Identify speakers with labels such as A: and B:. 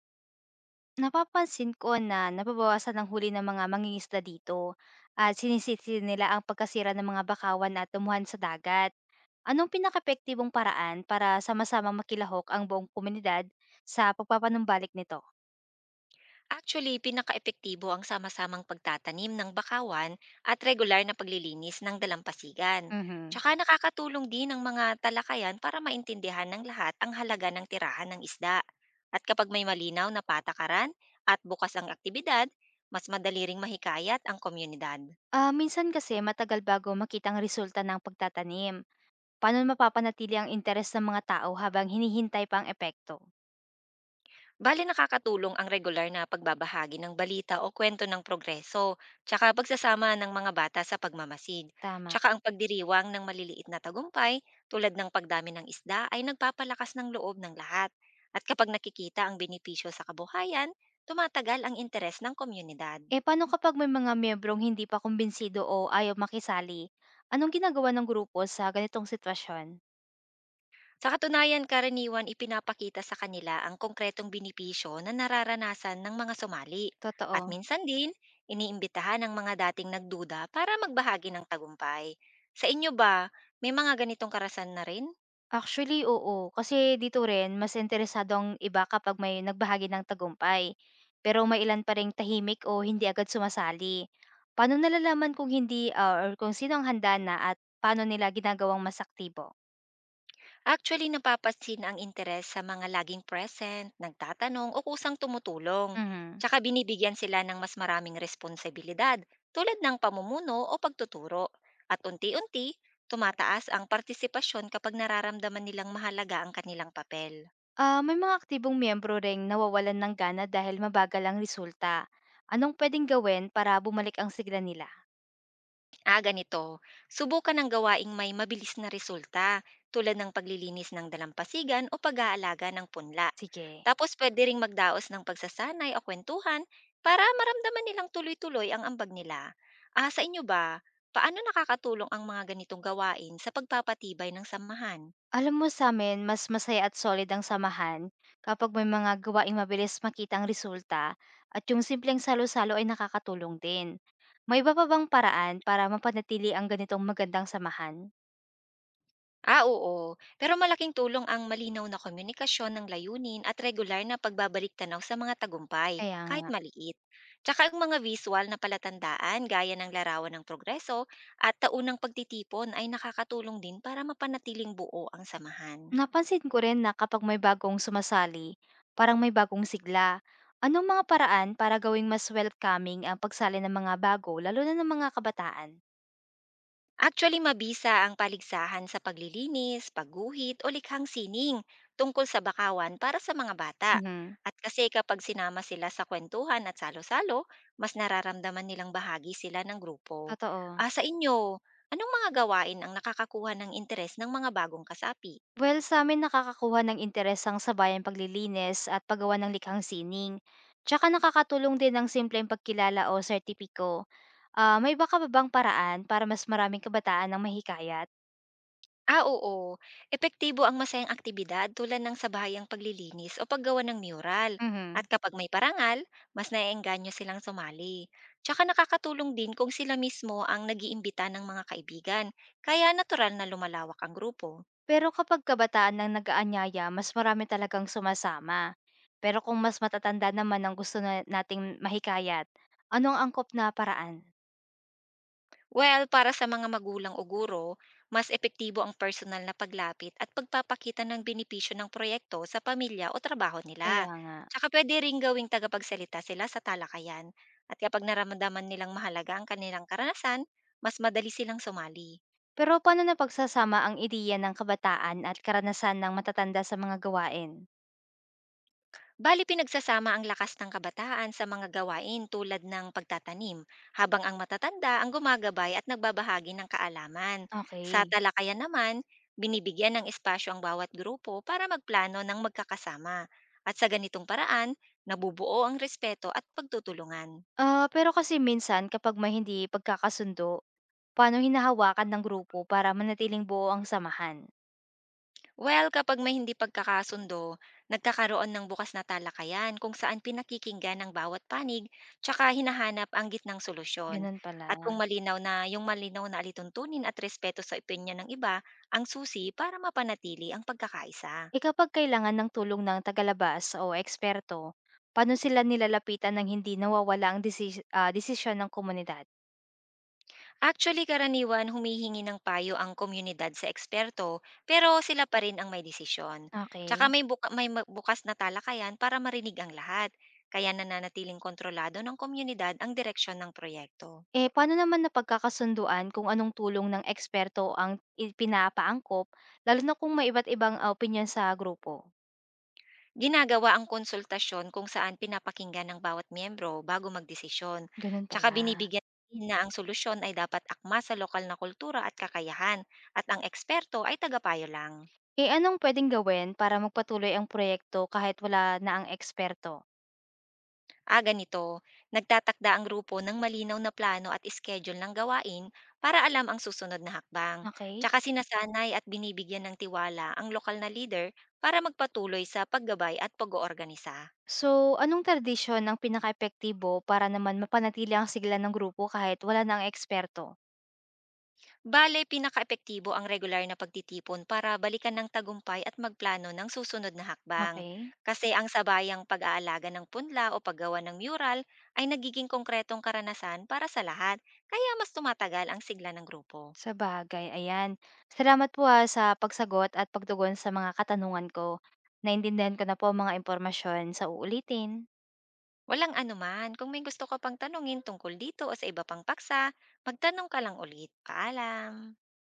A: Napapansin ko na nababawasan ang huli ng mga mangingisda dito at sinisisi nila ang pagkasira ng mga bakawan at tumuhan sa dagat. Anong pinakaepektibong paraan para sama-samang makilahok ang buong komunidad sa pagpapanumbalik nito?
B: Actually, pinakaepektibo ang sama-samang pagtatanim ng bakawan at regular na paglilinis ng dalampasigan.
A: Mhm.
B: Tsaka nakakatulong din ang mga talakayan para maintindihan ng lahat ang halaga ng tirahan ng isda. At kapag may malinaw na patakaran at bukas ang aktibidad, mas madali ring mahikayat ang komunidad.
A: Minsan kasi matagal bago makita ang resulta ng pagtatanim. Paano mapapanatili ang interes ng mga tao habang hinihintay pa ang epekto?
B: Bale nakakatulong ang regular na pagbabahagi ng balita o kwento ng progreso, tsaka pagsasama ng mga bata sa pagmamasid.
A: Tama.
B: Tsaka ang pagdiriwang ng maliliit na tagumpay tulad ng pagdami ng isda ay nagpapalakas ng loob ng lahat. At kapag nakikita ang benepisyo sa kabuhayan, tumatagal ang interes ng komunidad.
A: Eh, paano kapag may mga miyembrong hindi pa kumbinsido o ayaw makisali? Anong ginagawa ng grupo sa ganitong sitwasyon?
B: Sa katunayan, karaniwan ipinapakita sa kanila ang konkretong benepisyo na nararanasan ng mga sumali. At
A: Totoo.
B: minsan din, iniimbitahan ang mga dating nagduda para magbahagi ng tagumpay. Sa inyo ba, may mga ganitong karasan na rin?
A: Actually, oo. Kasi dito rin, mas interesado ang iba kapag may nagbahagi ng tagumpay. Pero may ilan pa rin tahimik o hindi agad sumasali. Paano nalalaman kung hindi or kung sino ang handa na at paano nila ginagawang mas aktibo?
B: Actually, napapansin ang interes sa mga laging present, nagtatanong o kusang tumutulong.
A: Mhm.
B: Tsaka binibigyan sila ng mas maraming responsibilidad tulad ng pamumuno o pagtuturo. At unti-unti, tumataas ang partisipasyon kapag nararamdaman nilang mahalaga ang kanilang papel.
A: May mga aktibong miyembro ring nawawalan ng gana dahil mabagal ang resulta. Anong pwedeng gawin para bumalik ang sigla nila?
B: Ah, ganito. Subukan ng gawaing may mabilis na resulta tulad ng paglilinis ng dalampasigan o pag-aalaga ng punla.
A: Sige.
B: Tapos pwede ring magdaos ng pagsasanay o kwentuhan para maramdaman nilang tuloy-tuloy ang ambag nila. Ah, sa inyo ba, paano nakakatulong ang mga ganitong gawain sa pagpapatibay ng samahan?
A: Alam mo, sa'min mas masaya at solid ang samahan kapag may mga gawaing mabilis makita ang resulta at yung simpleng salo-salo ay nakakatulong din. May iba pa bang paraan para mapanatili ang ganitong magandang samahan?
B: Ah, oo. Pero malaking tulong ang malinaw na komunikasyon ng layunin at regular na pagbabalik tanaw sa mga tagumpay,
A: Kaya
B: kahit
A: nga.
B: maliit. Tsaka ang mga visual na palatandaan gaya ng larawan ng progreso at taunang pagtitipon ay nakakatulong din para mapanatiling buo ang samahan.
A: Napansin ko rin na kapag may bagong sumasali, parang may bagong sigla. Anong mga paraan para gawing mas welcoming ang pagsali ng mga bago lalo na ng mga kabataan?
B: Actually, mabisa ang paligsahan sa paglilinis, pagguhit o likhang sining tungkol sa bakawan para sa mga bata.
A: Mhm,
B: At kasi kapag sinama sila sa kwentuhan at salo-salo, mas nararamdaman nilang bahagi sila ng grupo.
A: totoo.
B: Ah, sa inyo, anong mga gawain ang nakakakuha ng interes ng mga bagong kasapi?
A: Well, sa sa'min nakakakuha ng interes ang sabayang paglilinis at paggawa ng likhang sining. Tsaka nakakatulong din ang simpleng pagkilala o sertipiko. May baka ba bang paraan para mas maraming kabataan ang mahikayat?
B: Ah, oo. Epektibo ang masayang aktibidad tulad ng sabayang paglilinis o paggawa ng mural. At
A: Mhm.
B: kapag may parangal, mas naiengganyo silang sumali. Tsaka nakakatulong din kung sila mismo ang nagiimbita ng mga kaibigan, kaya natural na lumalawak ang grupo.
A: Pero kapag kabataan ng nag-aanyaya, mas marami talagang sumasama. Pero kung mas matatanda naman ang gusto na nating mahikayat, anong angkop na paraan?
B: Well, para sa mga magulang o guro, mas epektibo ang personal na paglapit at pagpapakita ng benepisyo ng proyekto sa pamilya o trabaho nila.
A: Kaya nga.
B: Tsaka pwede ring gawing tagapagsalita sila sa talakayan at kapag naramdaman nilang mahalaga ang kanilang karanasan, mas madali silang sumali.
A: Pero paano na pagsasama ang ideya ng kabataan at karanasan ng matatanda sa mga gawain?
B: Bali pinagsasama ang lakas ng kabataan sa mga gawain tulad ng pagtatanim, habang ang matatanda ang gumagabay at nagbabahagi ng kaalaman. Sa
A: Okay.
B: talakayan naman, binibigyan ng espasyo ang bawat grupo para magplano ng magkakasama. At sa ganitong paraan, nabubuo ang respeto at pagtutulungan.
A: Pero kasi minsan kapag may hindi pagkakasundo, paano hinahawakan ng grupo para manatiling buo ang samahan?
B: Well, kapag may hindi pagkakasundo, nagkakaroon ng bukas na talakayan kung saan pinakikinggan ng bawat panig tsaka hinahanap ang gitnang solusyon.
A: Ganun pala.
B: At kung malinaw na alituntunin at respeto sa opinyon ng iba ang susi para mapanatili ang pagkakaisa.
A: E kapag kailangan ng tulong ng tagalabas o eksperto, paano sila nilalapitan ng hindi nawawala ang desisyon ng komunidad?
B: Actually, karaniwan humihingi ng payo ang komunidad sa eksperto pero sila pa rin ang may desisyon. Tsaka
A: Okay.
B: may, buka- may ma- bukas na talakayan para marinig ang lahat kaya nananatiling kontrolado ng komunidad ang direksyon ng proyekto.
A: Eh paano naman napagkakasunduan kung anong tulong ng eksperto ang ipinapaangkop, lalo na kung may iba't ibang opinion sa grupo?
B: Ginagawa ang konsultasyon kung saan pinapakinggan ng bawat miyembro bago magdesisyon.
A: Ganun
B: Tsaka
A: pala.
B: binibigyan din na ang solusyon ay dapat akma sa lokal na kultura at kakayahan at ang eksperto ay tagapayo lang.
A: Eh, anong pwedeng gawin para magpatuloy ang proyekto kahit wala na ang eksperto?
B: Ah, ganito, nagtatakda ang grupo ng malinaw na plano at schedule ng gawain para alam ang susunod na hakbang.
A: Okay.
B: Tsaka sinasanay at binibigyan ng tiwala ang lokal na leader para magpatuloy sa paggabay at pag-oorganisa.
A: So, anong tradisyon ang pinakaepektibo para naman mapanatili ang sigla ng grupo kahit wala na ang eksperto?
B: Bale, pinakaepektibo ang regular na pagtitipon para balikan ng tagumpay at magplano ng susunod na hakbang.
A: Okey,
B: Kasi ang sabayang pag-aalaga ng punla o paggawa ng mural ay nagiging konkretong karanasan para sa lahat, kaya mas tumatagal ang sigla ng grupo.
A: sabagay, ayan. Salamat po, sa pagsagot at pagtugon sa mga katanungan ko. Naintindihan ko na po ang mga impormasyon. Sa uulitin.
B: Walang anuman, kung may gusto ka pang tanungin tungkol dito o sa iba pang paksa, magtanong ka lang ulit. Paalam!